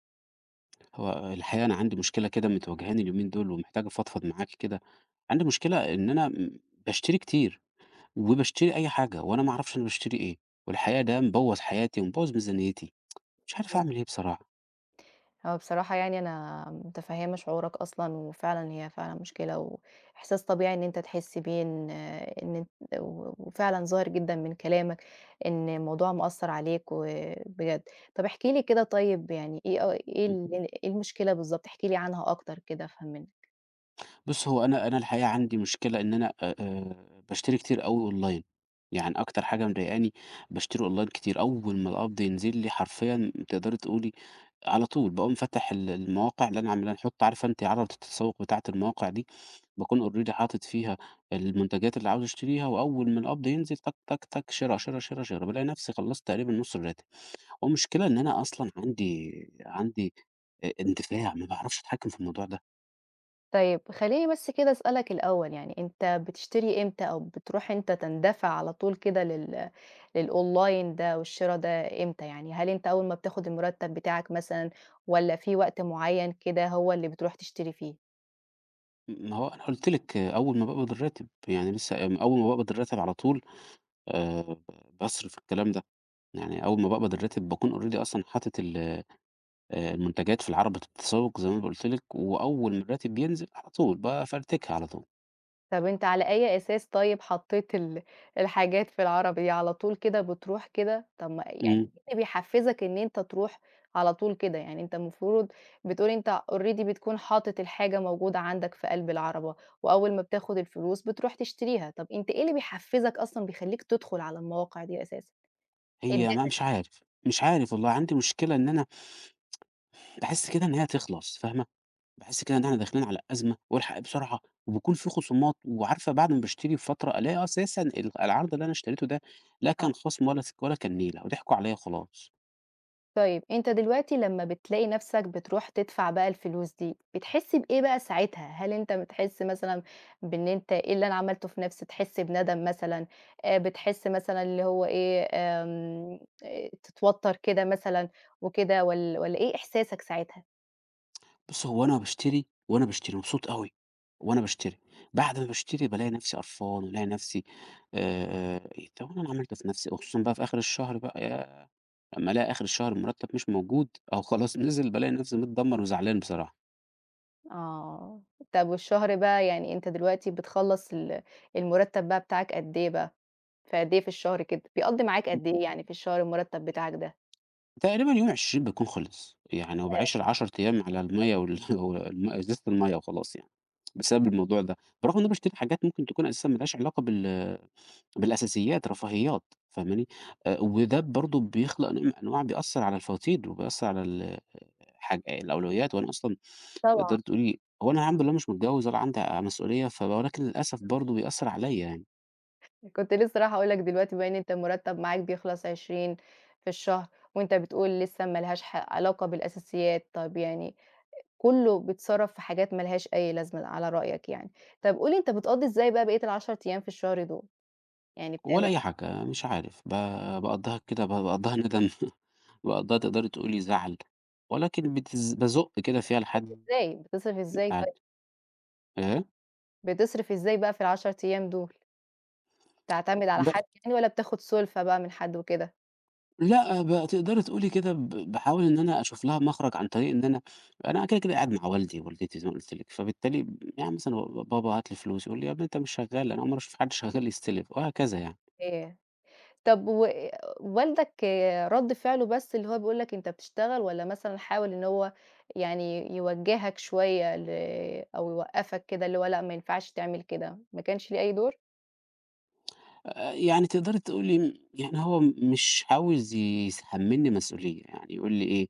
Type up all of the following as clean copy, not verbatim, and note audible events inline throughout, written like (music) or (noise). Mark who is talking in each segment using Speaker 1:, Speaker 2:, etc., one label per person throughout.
Speaker 1: ترجمة
Speaker 2: هو الحقيقة أنا عندي مشكلة كده متواجهاني اليومين دول ومحتاج أفضفض معاك كده، عندي مشكلة إن أنا باشتري كتير، وباشتري أي حاجة وأنا ما أعرفش أنا باشتري إيه، والحقيقة ده مبوّظ حياتي ومبوّظ ميزانيتي، مش
Speaker 1: نانسي
Speaker 2: عارف
Speaker 1: قنقر
Speaker 2: أعمل إيه بصراحة.
Speaker 1: هو بصراحة يعني أنا متفهمة شعورك أصلًا، وفعلًا هي فعلًا مشكلة، وإحساس طبيعي إن أنت تحس بيه إن إن أنت و وفعلًا ظاهر جدًا من كلامك إن الموضوع مأثّر عليك وبجد. طب احكِ لي كده طيب يعني إيه أ إيه ال إيه المشكلة بالضبط؟ احكِ لي عنها أكتر كده فهمّني.
Speaker 2: بُص، هو أنا الحقيقة عندي مشكلة إن أنا باشتري كتير أوي أونلاين، يعني أكتر حاجة مضايقاني باشتري أونلاين كتير، أول ما القبض ينزل لي حرفيًا تقدري تقولي على طول باقوم فاتح المواقع اللي أنا عاملها نحط عارفة أنتِ عرض التسوق بتاعة المواقع دي، باكون already حاطط فيها المنتجات اللي عاوز أشتريها، وأول ما القبض ينزل تك، تك، تك، شِرا، شِرا، شِرا، شِرا، بالاقي نفسي خلّصت تقريبًا نُص الراتب، والمشكلة إن أنا أصلًا عندي اندفاع ما باعرفش أتحكم في الموضوع ده.
Speaker 1: طيب خلّيني بس كده أسألك الأول، يعني أنت بتشتري إمتى أو بتروح أنت تندفع على طول كده للأونلاين ده والشرا ده إمتى يعني؟ هل أنت أول ما بتاخد المرتب بتاعك مثلًا والّا في وقت معين كده هو اللي بتروح تشتري فيه؟
Speaker 2: ما هو أنا قُلت لِك آه، أول ما باقبض الراتب، يعني لسه أول ما باقبض الراتب على طول ب باصرف الكلام ده، يعني أول ما باقبض الراتب باكون already أصلًا حاطط ال المنتجات في العرض التسوق زي ما أنا قُلت لِك، وأول ما الراتب بينزل على طول بافرتكها على طول.
Speaker 1: طب أنت على أي أساس طيب حطيت الحاجات في العربي، على طول كده بتروح كده؟ طب ما يعني
Speaker 2: إمم،
Speaker 1: إيه اللي بيحفّزك إن أنت تروح على طول كده؟ يعني أنت المفروض بتقول أنت already بتكون حاطط الحاجة موجودة عندك في قلب العَرَبة، وأول ما بتاخد الفلوس بتروح تشتريها، طب أنت إيه اللي بيحفّزك أصلًا بيخلّيك تدخل على المواقع دي أساسًا؟ إيه
Speaker 2: هي ما
Speaker 1: ادّتك؟
Speaker 2: مش عارف والله عندي مشكلة إن أنا باحس كده إن هي هتخلص، فاهمة؟ باحس كده إن إحنا داخلين على أزمة والحق بسرعة، وبيكون في خصومات وعارفة بعد ما باشتري بفترة ألاقي أساسًا العرض اللي أنا اشتريته ده لا كان خصم ولا كان نيلة وضحكوا عليّا وخلاص.
Speaker 1: طيب أنت دلوقتي لمّا بتلاقي نَفْسك بتروح تدفع بقى الفلوس دي، بتحس بإيه بقى ساعتها؟ هل أنت بتحس مثلًا بإن أنت إيه اللي أنا عملته في نَفْسي، تحس بندم مثلًا، بتحس مثلًا اللي هو إيه، آمم تتوتّر كده مثلًا وكده والّا إيه إحساسك ساعتها؟
Speaker 2: بُص هو أنا باشتري وأنا باشتري مبسوط أوي، وأنا باشتري، بعد ما باشتري بالاقي نفسي قرفان والاقي نفسي إيه، طب أنا اللي عملته في نفسي وخصوصًا بقى في آخر الشهر بقى ياه! أمّا ألاقي آخر الشهر المرتب مش موجود أو خلاص (laughs) نزل بالاقي نفسي متدمر وزعلان بصراحة.
Speaker 1: آه. طَب والشهر بقى يعني أنت دلوقتي بتخلّص المُرتّب بقى بتاعك قد إيه بقى؟ في قد إيه في الشهر كده؟ بيقضّي معاك قد إيه يعني في الشهر المُرتّب بتاعك ده؟
Speaker 2: تقريبًا يوم 20 بيكون خلص، يعني وباعيش ال10 أيام على المَيّة (laughs) إزازة المَيّة وخلاص يعني، بسبب الموضوع ده، برغم إن أنا باشتري حاجات ممكن تكون أساسًا ما لهاش علاقة بالأساسيات، رفاهيات فاهماني؟ وده برضه بيخلق نوع من أنواع بيأثّر على الفواتير وبيأثّر على ال حاج الأولويات، وأنا أصلًا
Speaker 1: طبعًا.
Speaker 2: تقدري تقولي هو أنا الحمد لله مش متجوّز ولا عندي مسؤولية، ولكن للأسف برضه بيأثّر عليّا يعني،
Speaker 1: كنت لسه رايحة أقول لك دلوقتي بما إن أنت المرتب معاك بيخلص 20 في الشهر، وأنت بتقول لسه ما لهاش علاقة بالأساسيات، طب يعني كله بيتصرف في حاجات ما لهاش أي لازمة على رأيك يعني. طب قُل لي أنت بتقضّي إزاي بقى بقية ال10 أيام في الشهر دول؟ يعني
Speaker 2: ولا
Speaker 1: بتعمل
Speaker 2: أي حاجة مش عارف ب باقضّيها كده ب باقضّيها ندم بقى ده تقدري تقولي زعل، ولكن بازُق كده فيها لحد ما
Speaker 1: إزاي، بتصرف إزاي طيب؟
Speaker 2: اتعدّي. إيه؟
Speaker 1: بتصرف إزاي بقى في ال10 أيام دول؟ بتعتمد على
Speaker 2: لأ،
Speaker 1: حد يعني والّا بتاخد سُلفة بقى من حد وكده؟
Speaker 2: لأ، تقدري تقولي كده باحاول إن أنا أشوف لها مخرج عن طريق إن أنا أنا كده قاعد مع والدي ووالدتي زي ما قُلت لِك، فبالتالي يعني مثلًا بابا هات لي فلوس، يقول لي: "يا ابني أنت مش شغّال، أنا أول مرّة أشوف حد شغّال يستلف." وهكذا يعني.
Speaker 1: إيه؟ طب والدك رد فعله بس اللي هو بيقول لك أنت بتشتغل والّا مثلًا حاول إن هو يعني يوجّهك شوية أو يوقّفك كده اللي هو لأ ما ينفعش تعمل كده، ما كانش ليه أي دور؟
Speaker 2: يعني تقدري تقولي يعني هو مش عاوز يحمّلني مسؤولية، يعني يقول لي إيه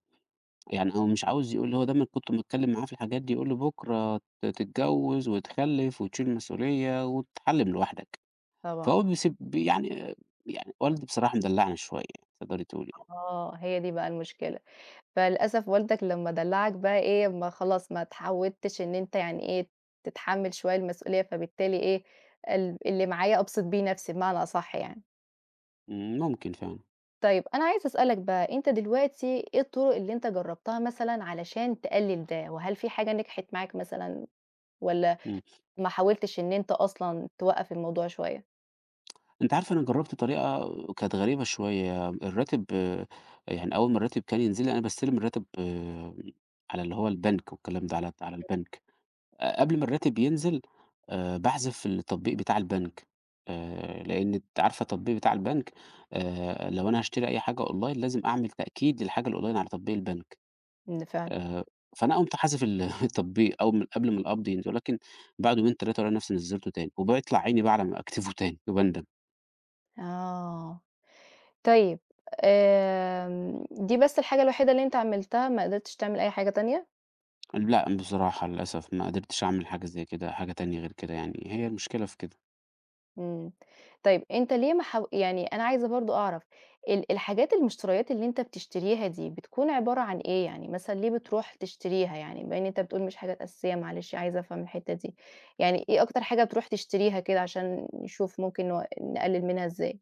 Speaker 2: يعني هو مش عاوز يقول لي هو دايمًا كنت باتكلّم معاه في الحاجات دي، يقول لي: "بُكرة تتجوّز وتخلّف وتشيل مسؤولية وتتحلّم لوحدك."
Speaker 1: طبعًا.
Speaker 2: فهو بيسيب بي يعني يعني والدي بصراحة مدلّعني شوية تقدري تقولي يعني.
Speaker 1: آه، هي دي بقى المشكلة، فللأسف والدك لمّا دلّعك بقى إيه، ما خلاص ما اتعودتش إن أنت يعني إيه، تتحمّل شوية المسؤولية فبالتالي إيه، اللي معايا أبسط بيه نفسي بمعنى أصح يعني.
Speaker 2: إمم، ممكن فعلًا.
Speaker 1: طيب أنا عايزة أسألك بقى، أنت دلوقتي إيه الطرق اللي أنت جرّبتها مثلًا علشان تقلّل ده، وهل في حاجة نجحت معاك مثلًا والّا
Speaker 2: إمم.
Speaker 1: ما حاولتش إن أنت أصلًا توقّف الموضوع شوية؟
Speaker 2: أنتِ عارفة أنا جرّبت طريقة كانت غريبة شوية، الراتب آه، يعني أول ما الراتب كان ينزل لي أنا باستلم الراتب آه، على اللي هو البنك والكلام ده، على البنك. قبل ما الراتب ينزل باحذف التطبيق بتاع البنك، لإن أنتِ عارفة التطبيق بتاع البنك لو أنا هاشتري أي حاجة أونلاين لازم أعمل تأكيد للحاجة الأونلاين على تطبيق البنك،
Speaker 1: إمم فعلًا،
Speaker 2: آآ فأنا قُمت حازف ال (laughs) التطبيق أول من قبل ما القبض ينزل، ولكن بعد يومين 3 ألاقي نفسي نزّلته تاني، وبيطلع عيني بقى على ما أكتفه تاني وباندم.
Speaker 1: آه، طيب دي بس الحاجة الوحيدة اللي أنت عملتها ما قدرتش تعمل أي حاجة تانية؟
Speaker 2: لأ بصراحة للأسف ما قدرتش أعمل حاجة زي كده، حاجة تانية غير كده يعني، هي المشكلة في كده.
Speaker 1: إمم. طيب أنت ليه ما حاو يعني أنا عايزة برضه أعرف الحاجات المشتريات اللي أنت بتشتريها دي بتكون عبارة عن إيه؟ يعني مثلًا ليه بتروح تشتريها يعني؟ بما إن أنت بتقول مش حاجات أساسية معلش عايزة أفهم الحتّة دي. يعني إيه أكتر حاجة بتروح تشتريها كده عشان نشوف ممكن نقلِّل منها إزاي؟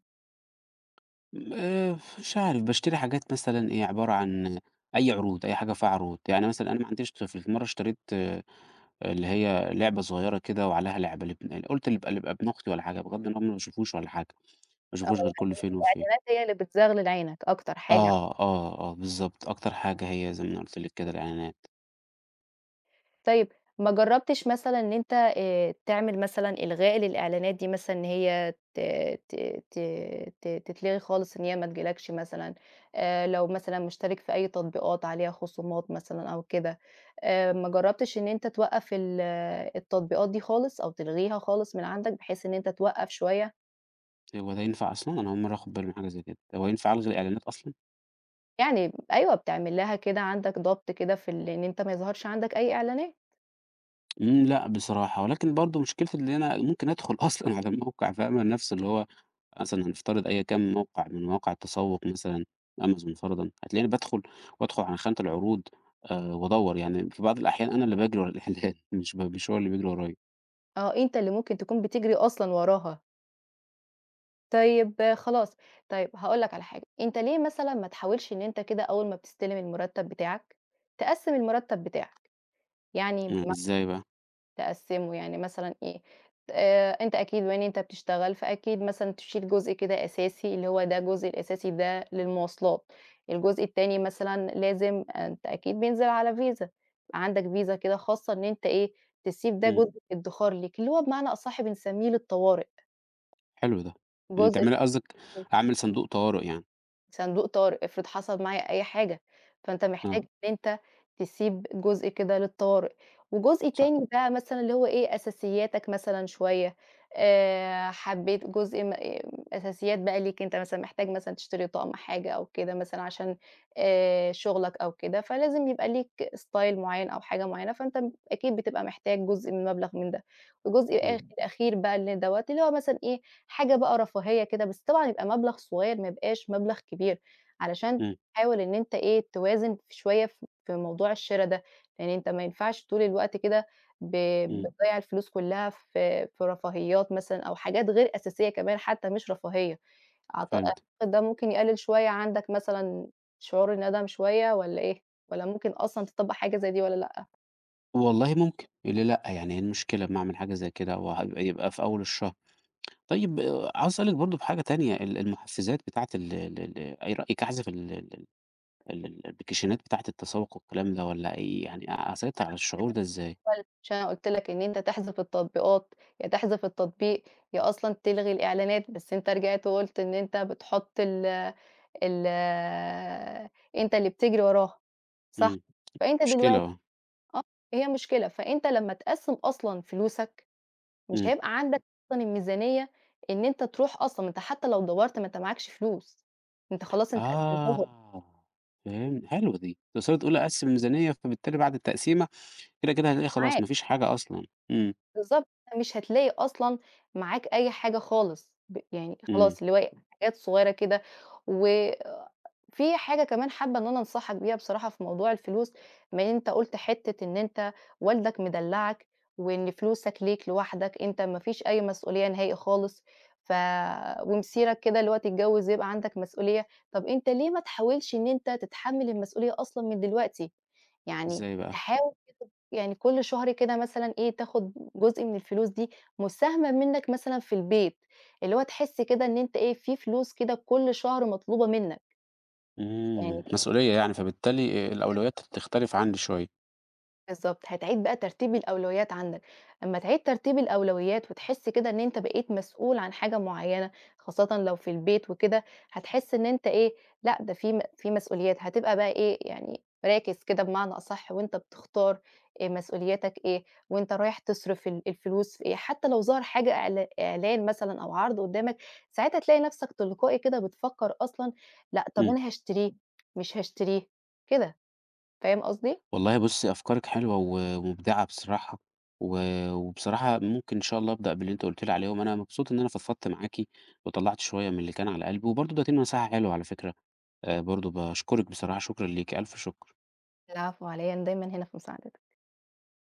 Speaker 2: مش عارف باشتري حاجات مثلًا إيه، عبارة عن أي عروض، أي حاجة فيها عروض، يعني مثلًا أنا ما عنديش طفل، مرة اشتريت آه، اللي هي لعبة صغيرة كده وعليها لعبة لابن قُلت ليبقى ابن أختي والّا حاجة، بغض النظر ما باشوفوش والّا حاجة، ما
Speaker 1: آه،
Speaker 2: باشوفوش غير كل
Speaker 1: يعني
Speaker 2: فين وفين.
Speaker 1: الإعلانات هي اللي بتزغلل عينك أكتر حاجة
Speaker 2: آه، بالضبط، أكتر حاجة هي زي ما أنا قُلت لِك كده الإعلانات.
Speaker 1: طيب ما جرّبتش مثلًا إن أنت تعمل مثلًا إلغاء للإعلانات دي مثلًا إن هي ت ت ت ت تتلغي خالص إن هي ما تجيلكش مثلًا، لو مثلًا مشترك في أي تطبيقات عليها خصومات مثلًا أو كده، ما جرّبتش إن أنت توقّف ال آه، التطبيقات دي خالص أو تلغيها خالص من عندك بحيث إن أنت توقّف شوية؟
Speaker 2: هو ده ينفع أصلًا؟ أنا أول مرة آخد بالي من حاجة زي كده، هو ينفع ألغي الإعلانات أصلًا؟
Speaker 1: يعني أيوه بتعمل لها كده عندك ضبط كده في إن أنت ما يظهرش عندك أي إعلانات،
Speaker 2: إمم، لأ بصراحة، ولكن برضه مشكلتي إن أنا ممكن أدخل (laughs) أصلًا على الموقع فاهمة؟ نفسه اللي هو مثلًا هنفترض أيًا كان موقع من مواقع التسوق مثلًا Amazon فرضًا، هتلاقيني بادخل وأدخل على خانة العروض وأدوّر يعني في بعض الأحيان أنا اللي باجري ورا الإعلان (laughs) مش هو اللي بيجري ورايا،
Speaker 1: آه أنت اللي ممكن تكون بتجري أصلًا وراها. طيب آه، خلاص، طيب هاقول لك على حاجة، أنت ليه مثلًا ما تحاولش إن أنت كده أول ما بتستلم المرتب بتاعك، تقسّم المرتب بتاعك، يعني
Speaker 2: إمم،
Speaker 1: بمعنى
Speaker 2: إزاي بقى؟
Speaker 1: تقسّمه يعني مثلًا إيه، أنت أكيد بما إن أنت بتشتغل فأكيد مثلًا تشيل جزء كده أساسي اللي هو ده الجزء الأساسي ده للمواصلات، الجزء التاني مثلًا لازم أنت أكيد بينزل على فيزا، عندك فيزا كده خاصة إن أنت إيه، تسيب ده
Speaker 2: إمم،
Speaker 1: جزء ادخار ليك، اللي هو بمعنى أصح بنسميه للطوارئ،
Speaker 2: حلو ده، إمم،
Speaker 1: جزء
Speaker 2: تعملي قصدِك أعمل صندوق طوارئ يعني،
Speaker 1: صندوق طارئ، افرض حصل معايا أي حاجة، فأنت
Speaker 2: آه،
Speaker 1: محتاج إن أنت تسيب جزء كده للطوارئ، وجزء
Speaker 2: صح،
Speaker 1: تاني بقى مثلًا اللي هو إيه، أساسياتك مثلًا شوية، حبيت جزء م إيه، أساسيات بقى ليك أنت مثلًا محتاج مثلًا تشتري طقم حاجة أو كده مثلًا عشان شغلك أو كده، فلازم يبقى ليك style معين أو حاجة معينة، فأنت أكيد بتبقى محتاج جزء من مبلغ من ده. الجزء
Speaker 2: إمم،
Speaker 1: الآخ إمم. الأخير بقى اللي دوّة، اللي هو مثلًا إيه، حاجة بقى رفاهية كده، بس طبعًا يبقى مبلغ صغير ما يبقاش مبلغ كبير، علشان
Speaker 2: إمم،
Speaker 1: تحاول إن أنت إيه، توازن شوية في موضوع الشِرا ده، لإن أنت ما ينفعش طول الوقت كده ب
Speaker 2: إمم،
Speaker 1: بتضيّع الفلوس كلّها في رفاهيات مثلًا أو حاجات غير أساسية كمان حتى مش رفاهية، أعت
Speaker 2: فهمت،
Speaker 1: أعتقد ده ممكن يقلل شوية عندك مثلًا شعور الندم شوية والّا إيه؟ والّا ممكن أصلًا تطبّق حاجة زي دي والّا لأ؟
Speaker 2: والله ممكن، ليه لأ؟ يعني إيه المشكلة أمّا أعمل حاجة زي كده وهيبقى يبقى في أول الشهر. طيب عاوز أسألِك برضه في حاجة تانية، المحفزات بتاعة ال ال ال إيه رأيِك أحذف ال ال ال الأبليكيشنات بتاعة التسوق والكلام ده والّا إيه يعني أسيطر على الشعور ده إزاي؟
Speaker 1: عشان أنا قُلت لك إن أنت تحذف التطبيقات، يا تحذف التطبيق، يا أصلًا تلغي الإعلانات، بس أنت رجعت وقُلت إن أنت بتحط ال أنت اللي بتجري وراها، صح؟
Speaker 2: إمم،
Speaker 1: فأنت
Speaker 2: مشكلة
Speaker 1: دلوقتي
Speaker 2: آه،
Speaker 1: آه، هي مشكلة، فأنت لمّا تقسّم أصلًا فلوسك، مش
Speaker 2: إمم،
Speaker 1: هيبقى عندك أصلًا الميزانية إن أنت تروح أصلًا، ما أنت حتى لو دَوّرت ما أنت معاكش فلوس، أنت خلاص أنت قسّمتهم
Speaker 2: آه فهمت حلوة دي، توصلي تقولي أقسّم الميزانية فبالتالي بعد التقسيمة كده هتلاقي خلاص
Speaker 1: معاك.
Speaker 2: ما فيش حاجة أصلًا، إمم،
Speaker 1: بالضبط، مش هتلاقي أصلًا معاك أي حاجة خالص، يعني
Speaker 2: إمم،
Speaker 1: خلاص اللي هو إيه، حاجات صغيرة كده، وفي حاجة كمان حابة إن أنا أنصحك بيها بصراحة في موضوع الفلوس، بما إن أنت قُلت حتة إن أنت والدك مدلّعك، وإن فلوسك ليك لوحدك أنت ما فيش أي مسؤولية نهائي خالص، ف ومصيرك كده اللي هو تتجوّز يبقى عندك مسؤولية، طَب أنت ليه ما تحاولش إن أنت تتحمّل المسؤولية أصلًا من دلوقتي؟ يعني
Speaker 2: إزاي بقى؟
Speaker 1: تحاول كده يعني كل شهر كده مثلًا إيه، تاخد جزء من الفلوس دي مساهمة منّك مثلًا في البيت، اللي هو تحس كده إن أنت إيه، في فلوس كده كل شهر مطلوبة منّك، يعني
Speaker 2: إمم، مسؤولية يعني فبالتالي الأولويات بتختلف عندي شوية،
Speaker 1: بالضبط، هتعيد بقى ترتيب الأولويات عندك، أمّا تعيد ترتيب الأولويات وتحس كده إن أنت بقيت مسؤول عن حاجة معيّنة، خاصةً لو في البيت وكده، هتحس إن أنت إيه، لأ ده في مسؤوليات، هتبقى بقى إيه، يعني راكز كده بمعنى أصح وأنت بتختار مسؤولياتك إيه، وأنت رايح تصرف الفلوس في إيه، حتى لو ظهر حاجة إعلان مثلًا أو عرض قدّامك، ساعتها تلاقي نفسك تلقائي كده بتفكّر أصلًا لأ طب
Speaker 2: إمم.
Speaker 1: أنا هاشتريه، مش هاشتريه، كده، فاهم قصدي؟
Speaker 2: والله بُصّي، أفكارِك حلوة ومبدعة بصراحة، و وبصراحة ممكن إن شاء الله أبدأ باللي أنتِ قُلتِ لي عليه، وأنا مبسوط إن أنا فضفضت معاكِ وطلّعت شوية من اللي كان على قلبي، وبرضه ادّيتيني نصيحة حلوة على فكرة، برضه باشكرِك بصراحة، شكرًا ليكِ، ألف شكر.
Speaker 1: العفو على إيه، أنا دايمًا هنا في مساعدتِك.